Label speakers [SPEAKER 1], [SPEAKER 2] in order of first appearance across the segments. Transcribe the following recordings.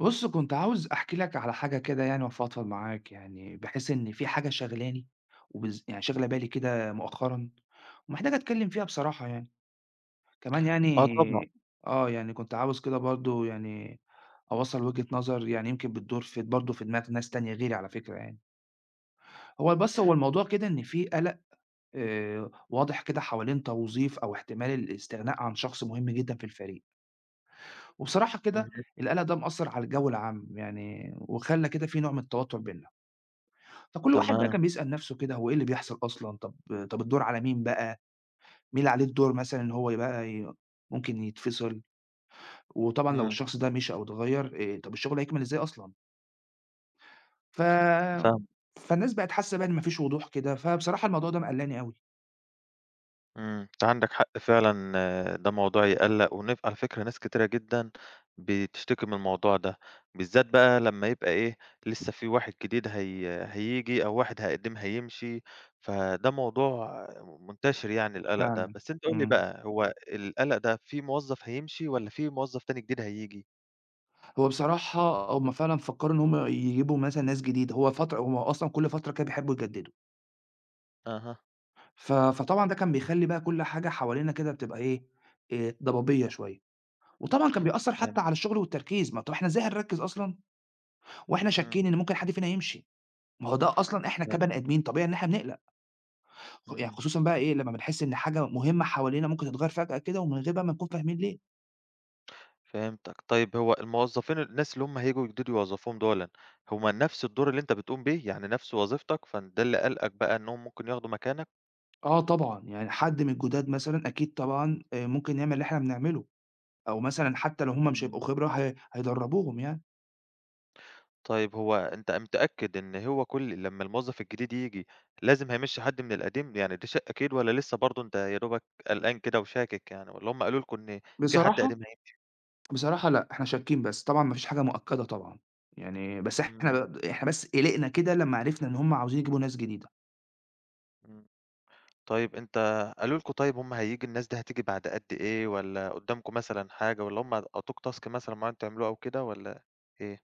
[SPEAKER 1] بُص، كنت عاوز أحكي لك على حاجة كده يعني وأفضفض معاك يعني، بحيث إن في حاجة شاغلاني يعني شاغلة بالي كده مؤخرًا، ومحتاج أتكلم فيها بصراحة يعني. كمان
[SPEAKER 2] آه
[SPEAKER 1] يعني
[SPEAKER 2] طبعًا.
[SPEAKER 1] طبعًا. يعني كنت عاوز كده برضه يعني أوصّل وجهة نظر يعني يمكن بتدور في برضه في دماغ ناس تانية غيري على فكرة يعني. هو بس هو الموضوع كده إن في قلق واضح كده حوالين توظيف أو احتمال الاستغناء عن شخص مهم جدًا في الفريق. وبصراحة كده
[SPEAKER 2] اهم.
[SPEAKER 1] القلق ده مأثّر على الجو العام يعني وخلّى كده في نوع من التوتُّر بيننا، فكل واحد بقى
[SPEAKER 2] تمام.
[SPEAKER 1] كان بيسأل نَفْسه كده هو إيه اللي بيحصل أصلًا، طَب الدور على مين بقى، مين اللي عليه الدور مثلًا إن هو يبقى ممكن يتفصل، وطبعًا لو
[SPEAKER 2] إمم.
[SPEAKER 1] الشخص ده مشي أو اتغيّر طَب الشغل هيكمل إزاي أصلًا، ف
[SPEAKER 2] فاهمك.
[SPEAKER 1] فالناس بقت حاسّة بقى إن ما فيش وضوح كده، فبصراحة الموضوع ده مقلّقني أوي
[SPEAKER 2] إمم. أنت عندك حق فعلًا، ده موضوع يقلّق على فكرة ناس كتيرة جدًا بتشتكي من الموضوع ده، بالذات بقى لمّا يبقى إيه، لسه في واحد جديد هييجي أو واحد هيقدّم هيمشي، فده موضوع منتشر يعني القلق ده.
[SPEAKER 1] فعلًا.
[SPEAKER 2] بس أنت قُل لي
[SPEAKER 1] إمم.
[SPEAKER 2] بقى، هو القلق ده في موظف هيمشي والّا في موظف تاني جديد هييجي؟
[SPEAKER 1] هو بصراحة هم فعلًا فكّروا إن هم يجيبوا مثلًا ناس جديدة، هو فترة هم أصلًا كل فترة كده بيحبّوا يجدّدوا.
[SPEAKER 2] أها.
[SPEAKER 1] فطبعًا ده كان بيخلّي بقى كل حاجة حوالينا كده بتبقى إيه، ضبابية شوية، وطبعًا كان بيأثّر
[SPEAKER 2] فهمت.
[SPEAKER 1] حتى على الشغل والتركيز، ما طب إحنا إزاي هنركّز أصلًا وإحنا
[SPEAKER 2] إمم.
[SPEAKER 1] شاكين إن ممكن حد فينا يمشي؟ ما هو ده أصلًا إحنا
[SPEAKER 2] تمام.
[SPEAKER 1] كبني آدمين طبيعي إن إحنا بنقلق، يعني
[SPEAKER 2] إمم.
[SPEAKER 1] خصوصًا بقى إيه، لمّا بنحس إن حاجة مهمة حوالينا ممكن تتغيّر فجأة كده ومن غير بقى ما نكون فاهمين ليه.
[SPEAKER 2] فهمتك. طيب هو الموظفين، الناس اللي هم هييجوا يجددوا يوظّفوهم دُولًا، هم نفس الدور اللي أنت بتقوم بيه، يعني نفس وظيفتك، فده اللي قلقك بقى، إنّهم ممكن ياخدوا مكانك؟
[SPEAKER 1] آه طبعًا، يعني حد من الجداد مثلًا أكيد طبعًا ممكن يعمل اللي إحنا بنعمله، أو مثلًا حتى لو هم مش
[SPEAKER 2] إمم.
[SPEAKER 1] هيبقوا خبرة هي هيدرّبوهم يعني.
[SPEAKER 2] طيب هو أنت متأكد إن هو كل لمّا الموظّف الجديد ييجي لازم هيمشّي حد من القديم؟ يعني ده شيء أكيد والّا لسه برضه أنت يا دوبك قلقان كده وشاكك يعني، والّا هم قالوا لكم إن في حد
[SPEAKER 1] بصراحة
[SPEAKER 2] قديم
[SPEAKER 1] بصراحة لأ، إحنا شاكين بس، طبعًا ما فيش حاجة مؤكدة طبعًا، يعني بس
[SPEAKER 2] إمم.
[SPEAKER 1] إحنا بس قلقنا كده لمّا عرفنا إن هُم عاوزين يجيبوا ناس جديدة.
[SPEAKER 2] إمم. طيب أنت، قالوا لكم، طيب هم الناس دي هتيجي بعد قد إيه، والّا قُدّامكم مثلًا حاجة، والّا هم ادّوك task مثلًا معيّن تعملوه أو كده، والّا إيه؟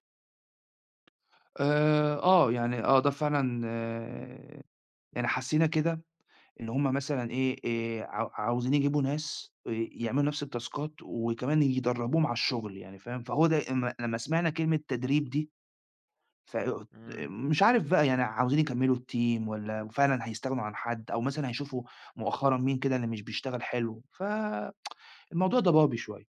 [SPEAKER 1] يعني ده فعلًا يعني حسينا كده إن هُم مثلًا إيه، عاوزين يجيبوا ناس يعملوا نفس التاسكات وكمان يدربوهم على الشغل يعني فاهم؟ فهو ده أما لمّا سمعنا كلمة تدريب دي ف
[SPEAKER 2] إمم.
[SPEAKER 1] مش عارف بقى يعني عاوزين يكملوا الteam والّا فعلًا هيستغنوا عن حد، أو مثلًا هيشوفوا مؤخرًا مين كده اللي مش بيشتغل حلو، الموضوع ده ضبابي شوية.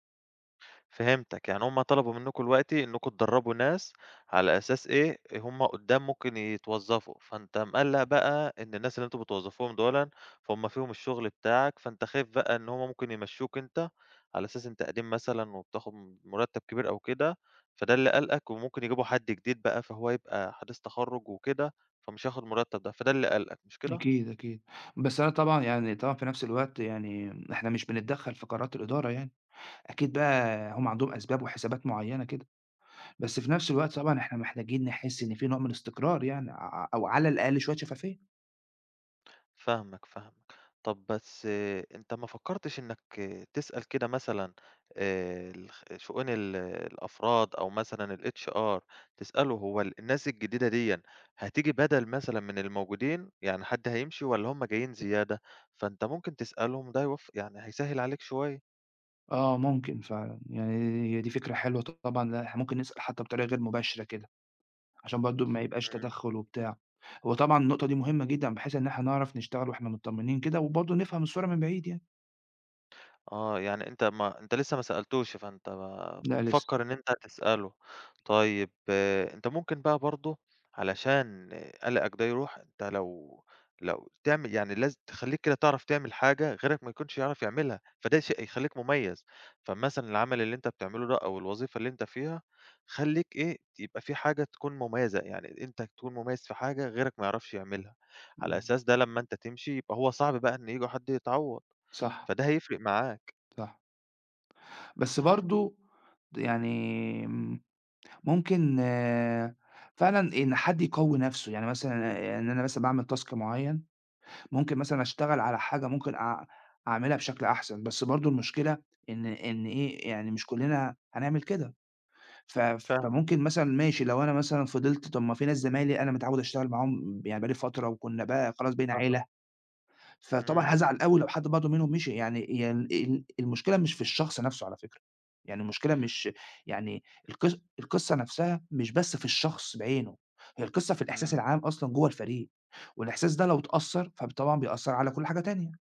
[SPEAKER 2] فهمتك. يعني هُم طلبوا منكم دلوقتي إنكم تدرّبوا ناس على أساس إيه، هُم قدّام ممكن يتوظّفوا، فأنت مقلّق بقى إن الناس اللي أنتم بتوظّفوهم دُولا، فهُم فيهم الشغل بتاعك، فأنت خايف بقى إن هُم ممكن يمشّوك أنت، على أساس أنت قديم مثلًا وبتاخد مرتّب كبير أو كده، فده اللي قلقك، وممكن يجيبوا حد جديد بقى، فهو يبقى حديث تخرُّج وكده، فمش هياخد المرتّب ده، فده اللي قلقك، مش كده؟
[SPEAKER 1] أكيد، أكيد، بس أنا طبعًا يعني طبعًا في نفس الوقت يعني إحنا مش بنتدخّل في قرارات الإدارة يعني، أكيد بقى هم عندهم أسباب وحسابات معيّنة كده، بس في نفس الوقت طبعًا إحنا محتاجين نحس إن في نوع من الاستقرار يعني أو على الأقل شوية شفافية.
[SPEAKER 2] فاهمك، فاهمك. طب بس، أنت ما فكّرتش إنّك تسأل كده مثلًا، الخ شؤون الأفراد، أو مثلًا الHR، تسأله، هو الناس الجديدة ديًا هتيجي بدَل مثلًا من الموجودين؟ يعني حد هيمشي والّا هم جايين زيادة؟ فأنت ممكن تسألهم ده يوف يعني، هيسهِّل عليك شوية.
[SPEAKER 1] آه، ممكن فعلًا، يعني هي دي فكرة حلوة طبعًا، لأ إحنا ممكن نسأل حتى بطريقة غير مباشرة كده، عشان برضه ما يبقاش
[SPEAKER 2] إمم.
[SPEAKER 1] تدخُّل وبتاع، هو طبعًا النقطة دي مهمة جدًا بحيث إن إحنا نعرف نشتغل وإحنا متطمنين كده وبرضه نفهم الصورة من بعيد يعني.
[SPEAKER 2] آه، يعني أنت، ما أنت لسه ما سألتوش، فأنت ما
[SPEAKER 1] لأ لسه.
[SPEAKER 2] بتفكّر إن أنت هتسأله. طيب أنت ممكن بقى برضه علشان قلقك ده يروح، أنت، لو تعمل يعني، تخلّيك كده تعرف تعمل حاجة غيرك ما يكونش يعرف يعملها، فده شيء يخلّيك مميّز. فمثلًا العمل اللي أنت بتعمله ده، أو الوظيفة اللي أنت فيها، خلّيك إيه، يبقى في حاجة تكون مميّزة، يعني أنت تكون مميّز في حاجة غيرك ما يعرفش يعملها، على
[SPEAKER 1] إمم.
[SPEAKER 2] أساس ده لمّا أنت تمشي يبقى هو صعب بقى إن ييجي حد يتعوّض،
[SPEAKER 1] صح.
[SPEAKER 2] فده هيفرق معاه.
[SPEAKER 1] صح. بس برضه يعني م ممكن فعلًا إن حد يقوّي نَفْسه، يعني مثلًا إن أنا مثلًا باعمل task معيّن، ممكن مثلًا أشتغل على حاجة ممكن أعملها بشكل أحسن، بس برضه المشكلة إن إيه، يعني مش كُلّنا هنعمل كده، ف
[SPEAKER 2] فاهمك.
[SPEAKER 1] فممكن مثلًا ماشي لو أنا مثلًا فضلت طَب ما في ناس زمايلي أنا متعوّد أشتغل معاهم يعني بقى لي فترة وكُنّا بقى خلاص بقينا عِيلة.
[SPEAKER 2] أها.
[SPEAKER 1] فطبعًا
[SPEAKER 2] إمم.
[SPEAKER 1] هازعل أوي لو حد برضه منهم مشي، يعني هي ال ال المشكلة مش في الشخص نَفْسه على فكرة، يعني المشكلة مش يعني القصة نَفْسها مش بس في الشخص بعينه، هي القصة في الإحساس
[SPEAKER 2] إمم.
[SPEAKER 1] العام أصلًا جوّه الفريق، والإحساس ده لو اتأثّر فطبعًا بيأثّر على كل حاجة تانية.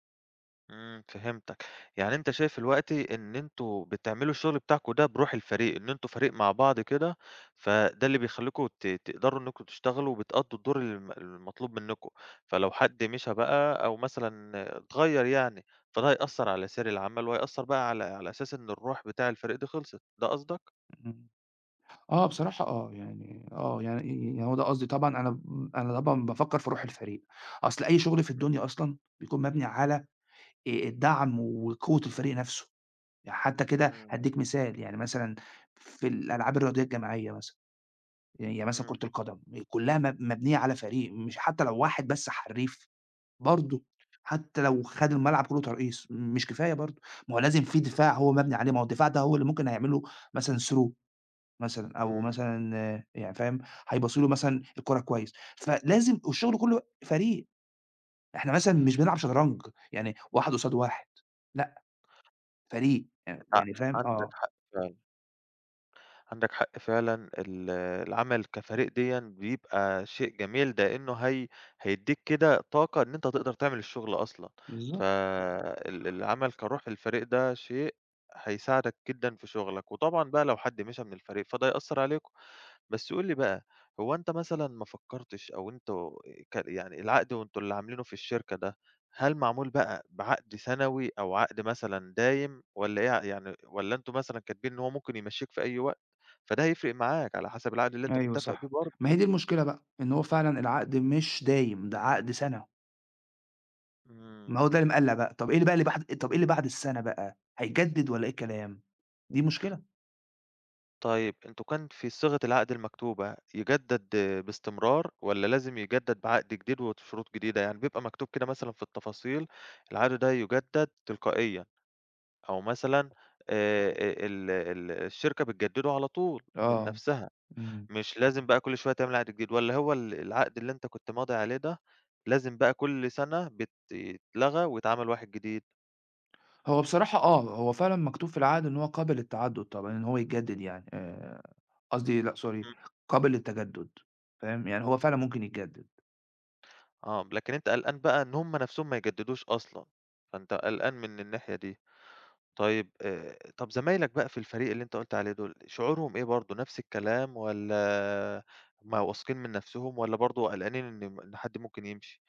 [SPEAKER 2] إمم. فهمتك. يعني أنت شايف دلوقتي إن أنتم بتعملوا الشغل بتاعكم ده بروح الفريق، إن أنتم فريق مع بعض كده، فده اللي بيخلّيكم تقدروا إنكم تشتغلوا وبتأدّوا الدور المطلوب منكم، فلو حد مشى بقى، أو مثلًا اتغيّر يعني، فده هيأثّر على سير العمل، وهيأثّر بقى على أساس إن الروح بتاع الفريق دي خلصت، ده قصدك؟
[SPEAKER 1] إمم. بصراحة يعني يعني يعني هو ده قصدي طبعًا أنا طبعًا بافكّر في روح الفريق، أصل أي شُغل في
[SPEAKER 2] إمم.
[SPEAKER 1] الدنيا أصلًا بيكون مبني على الدعم وقوة الفريق نَفْسه. يعني حتى كده
[SPEAKER 2] إمم.
[SPEAKER 1] هادّيك مثال، يعني مثلًا في الألعاب الرياضية الجماعية مثلًا، يعني مثلًا
[SPEAKER 2] إمم.
[SPEAKER 1] كرة القدم كلّها مبنية على فريق، مش حتى لو واحد بس حرّيف برضه، حتى لو خَد الملعب كلّه ترقيص مش كفاية برضه، ما هو لازم في دفاع هو مبني عليه، ما هو الدفاع ده هو اللي ممكن هيعمل له مثلًا through مثلًا أو
[SPEAKER 2] إمم.
[SPEAKER 1] مثلًا يعني فاهم، هيباصوا له مثلًا الكورة كويس، فلازم والشغل كلّه فريق، إحنا مثلًا مش بنلعب شطرنج يعني واحد قصاد واحد، لأ فريق،
[SPEAKER 2] أنت
[SPEAKER 1] يعني فاهم
[SPEAKER 2] عندك
[SPEAKER 1] آه.
[SPEAKER 2] حق فعلًا. عندك حق فعلًا، العمل كفريق ديًا بيبقى شيء جميل، ده إنه هيدّيك كده طاقة إن أنت تقدر تعمل الشغل أصلًا. إمم.
[SPEAKER 1] بالضبط.
[SPEAKER 2] العمل كروح الفريق ده شيء هيساعدك جدًا في شغلك، وطبعًا بقى لو حد مشى من الفريق فده هيأثّر عليكم. بس قُل لي بقى، هو أنت مثلًا ما فكّرتش، أو أنتم يعني العقد وأنتم اللي عاملينه في الشركة ده، هل معمول بقى بعقد سنوي أو عقد مثلًا دايم، والّا إيه يعني، والّا أنتم مثلًا كاتبين إن هو ممكن يمشّيك في أي وقت، فده هيفرق معاك على حسب العقد اللي أنت
[SPEAKER 1] أيوه
[SPEAKER 2] متّفق بيه
[SPEAKER 1] صح.
[SPEAKER 2] برضه؟
[SPEAKER 1] ما هي دي المشكلة بقى، إن هو فعلًا العقد مش دايم، ده عقد سَنة،
[SPEAKER 2] إمم.
[SPEAKER 1] ما هو ده اللي مقلّق بقى، طَب إيه اللي بقى اللي بعد طَب إيه اللي بعد السَنة بقى، هيجدد والّا إيه الكلام؟ دي مشكلة.
[SPEAKER 2] طيب أنتم كان في صيغة العقد المكتوبة يجدّد باستمرار، والّا لازم يجدّد بعقد جديد وشروط جديدة؟ يعني بيبقى مكتوب كده مثلًا في التفاصيل، العقد ده يجدّد تلقائيًا. أو مثلًا آآ ال ال الشركة بتجدّده على طول من
[SPEAKER 1] آه.
[SPEAKER 2] نَفْسها،
[SPEAKER 1] إمم.
[SPEAKER 2] مش لازم بقى كل شوية تعمل عقد جديد، والّا هو العقد اللي أنت كنت ماضي عليه ده لازم بقى كل سَنة يتلغى ويتعمل واحد جديد؟
[SPEAKER 1] هو بصراحة آه، هو فعلًا مكتوب في العقد إن هو قابل للتعدُّد طبعًا، إن هو يتجدد يعني قصدي لأ sorry
[SPEAKER 2] إمم.
[SPEAKER 1] قابل للتجدُّد فاهم، يعني هو فعلًا
[SPEAKER 2] إمم.
[SPEAKER 1] ممكن يتجدد.
[SPEAKER 2] آه، لكن أنت قلقان بقى إن هم نَفْسهم ما يجدّدوش أصلًا، فأنت قلقان من الناحية دي. طيب طَب زمايلك بقى في الفريق اللي أنت قُلت عليه دول، شعورهم إيه برضه، نَفْس الكلام والّا هم واثقين من نَفْسهم، والّا برضه قلقانين إن إن حد ممكن يمشي؟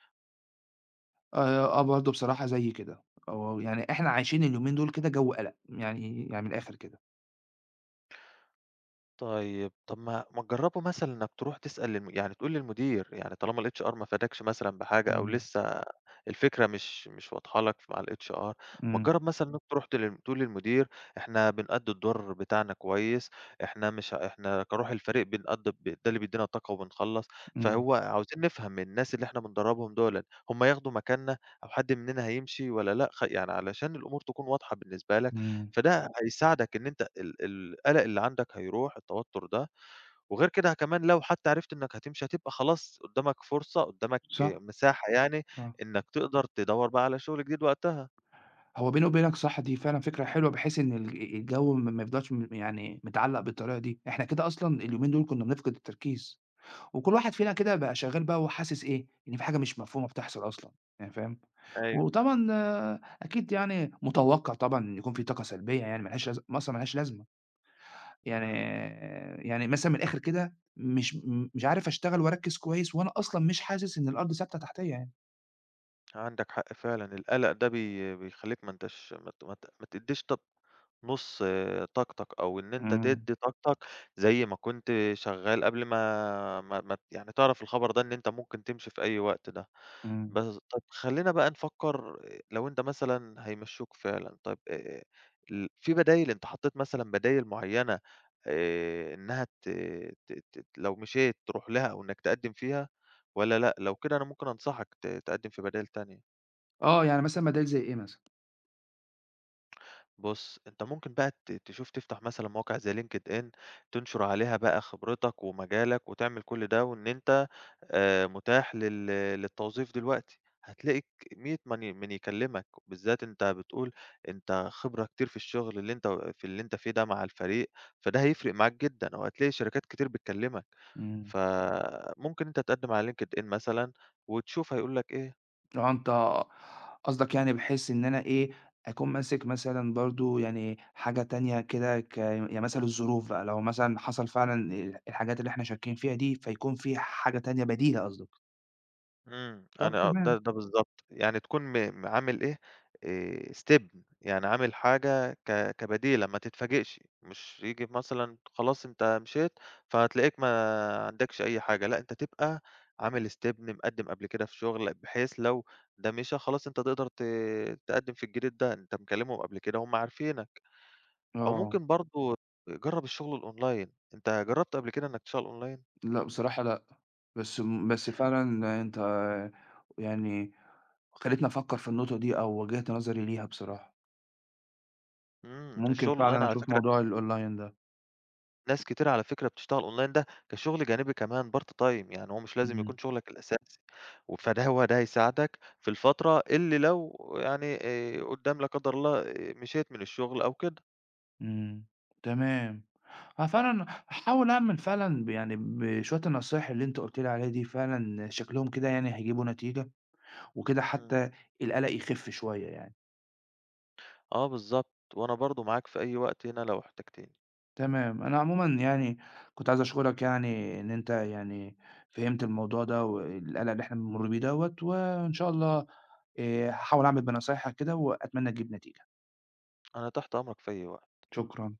[SPEAKER 1] آآ برضه بصراحة زيي كده، هو يعني إحنا عايشين اليومين دول كده جَو قَلَق، يعني يعني من الآخر كده.
[SPEAKER 2] طيب، ما تجرّبوا مثلًا إنّك تروح تسأل يعني تقول للمدير، يعني طالما الHR ما فادكش مثلًا بحاجة، أو
[SPEAKER 1] إمم.
[SPEAKER 2] لسه الفكرة مش واضحة لك مع الHR. ما
[SPEAKER 1] إمم.
[SPEAKER 2] تجرّب مثلًا إنّك تروح تقول للمدير، إحنا بنأدّي الدور بتاعنا كويس، إحنا مش إحنا كروح الفريق بنأدّي ده اللي بيدّينا طاقة وبنخلّص،
[SPEAKER 1] إمم.
[SPEAKER 2] فهو عاوزين نفهم من الناس اللي إحنا بندرّبهم دُولًا، هم ياخدوا مكاننا، أو حد مننا هيمشي والّا لأ، يعني علشان الأمور تكون واضحة بالنسبة لك.
[SPEAKER 1] إمم.
[SPEAKER 2] فده هيساعدك إن أنت القلق اللي عندك هيروح، التوتر ده، وغير كده كمان لو حتى عرفت إنك هتمشي هتبقى خلاص قدّامك فرصة، قدّامك
[SPEAKER 1] صح.
[SPEAKER 2] مساحة يعني
[SPEAKER 1] آه.
[SPEAKER 2] إنك تقدر تدوّر بقى على شغل جديد وقتها.
[SPEAKER 1] هو بيني وبينك صح دي فعلًا فكرة حلوة بحيث إن الجو ما يفضلش يعني متعلّق بالطريقة دي، إحنا كده أصلًا اليومين دول كنا بنفقد التركيز، وكل واحد فينا كده بقى شغال بقى وهو حاسس إيه، إن في حاجة مش مفهومة بتحصل أصلًا، يعني فاهم؟
[SPEAKER 2] أيوه.
[SPEAKER 1] وطبعًا أكيد يعني متوقّع طبعًا إن يكون في طاقة سلبية يعني ما لهاش لازم أصلًا ما لهاش لازمة،
[SPEAKER 2] إمم.
[SPEAKER 1] يعني يعني مثلًا من الآخر كده مش مش عارف أشتغل وأركّز كويس وأنا أصلًا مش حاسس إن الأرض ثابتة تحتيّا يعني.
[SPEAKER 2] عندك حق فعلًا، القلق ده بيخلّيك، ما أنتاش ما ت ما ت ما تدّيش طب نُص طاقتك، أو إن أنت
[SPEAKER 1] إمم.
[SPEAKER 2] تدّي طاقتك زي ما كنت شغّال قبل ما ما ما ت يعني تعرف الخبر ده إن أنت ممكن تمشي في أي وقت ده.
[SPEAKER 1] إمم.
[SPEAKER 2] بس طَب خلّينا بقى نفكّر، لو أنت مثلًا هيمشّوك فعلًا، طَب ال في بدايل، أنت حطّيت مثلًا بدايل معيّنة إنّها ت ت ت لو مشيت تروح لها، أو إنّك تقدّم فيها والّا لأ؟ لو كده أنا ممكن أنصحك تقدّم في بدايل تانية.
[SPEAKER 1] آه، يعني مثلًا بدايل زي إيه مثلًا؟
[SPEAKER 2] بُص، أنت ممكن بقى تشوف تفتح مثلًا مواقع زي LinkedIn، تنشُر عليها بقى خبرتك ومجالك، وتعمل كل ده، وإن أنت متاح للتوظيف دلوقتي، هتلاقي ك مِيّة من يكلّمك، بالذات أنت بتقول أنت خبرة كتير في الشغل اللي أنت اللي أنت فيه ده مع الفريق، فده هيفرق معاك جدًا، وهتلاقي شركات كتير بتكلّمك،
[SPEAKER 1] إمم.
[SPEAKER 2] فممكن أنت تقدّم على LinkedIn مثلًا، وتشوف هيقول لك إيه.
[SPEAKER 1] آه، أنت قصدك يعني بحيث إن أنا إيه، أكون ماسك مثلًا برضه يعني حاجة تانية كده يعني مثلًا الظروف بقى، لو مثلًا حصل فعلًا الحاجات اللي إحنا شاكين فيها دي، فيكون في حاجة تانية بديلة قصدك.
[SPEAKER 2] إمم. أنا
[SPEAKER 1] طب تمام.
[SPEAKER 2] ده بالضبط، يعني تكون م م عامل إيه، step يعني عامل حاجة كبديلة، ما تتفاجئش، مش ييجي مثلًا خلاص أنت مشيت، فتلاقيك ما عندكش أي حاجة، لأ أنت تبقى عامل step مقدّم قبل كده في شغل، بحيث لو ده مشى خلاص أنت تقدر تقدّم في الجديد ده، أنت مكلمهم قبل كده هُم عارفينك، أو
[SPEAKER 1] آه.
[SPEAKER 2] ممكن برضه جرّب الشغل الأونلاين، أنت جرّبت قبل كده إنك تشتغل أونلاين؟
[SPEAKER 1] لأ، بصراحة لأ. بس فعلًا أنت يعني خلّيتني أفكّر في النقطة دي أو وجّهت نظري ليها بصراحة.
[SPEAKER 2] إمم.
[SPEAKER 1] ممكن
[SPEAKER 2] الشغل الأونلاين
[SPEAKER 1] فعلًا
[SPEAKER 2] على
[SPEAKER 1] أشوف
[SPEAKER 2] فكرة،
[SPEAKER 1] موضوع الأونلاين ده.
[SPEAKER 2] ناس كتير على فكرة بتشتغل online ده كشغل جانبي كمان part time، يعني هو مش لازم يكون
[SPEAKER 1] إمم.
[SPEAKER 2] شغلك الأساسي، فده هو ده هيساعدك في الفترة اللي لو يعني قدّام لا قدر الله مشيت من الشغل أو كده.
[SPEAKER 1] إمم. تمام. أنا فعلًا هاحاول أعمل فعلًا يعني بشوية النصايح اللي أنت قُلت لي عليها دي فعلًا شكلهم كده يعني هيجيبوا نتيجة، وكده
[SPEAKER 2] إمم.
[SPEAKER 1] حتى القلق يخف شوية يعني.
[SPEAKER 2] آه بالضبط، وأنا برضه معاك في أي وقت هنا لو احتجتني.
[SPEAKER 1] تمام، أنا عمومًا يعني كنت عايز أشكرك يعني إن أنت يعني فهمت الموضوع ده والقلق اللي إحنا بنمُر بيه دوّة، وإن شاء الله هاحاول أعمل بنصايحك كده وأتمنى تجيب نتيجة.
[SPEAKER 2] أنا تحت أمرك في أي وقت.
[SPEAKER 1] شكرًا.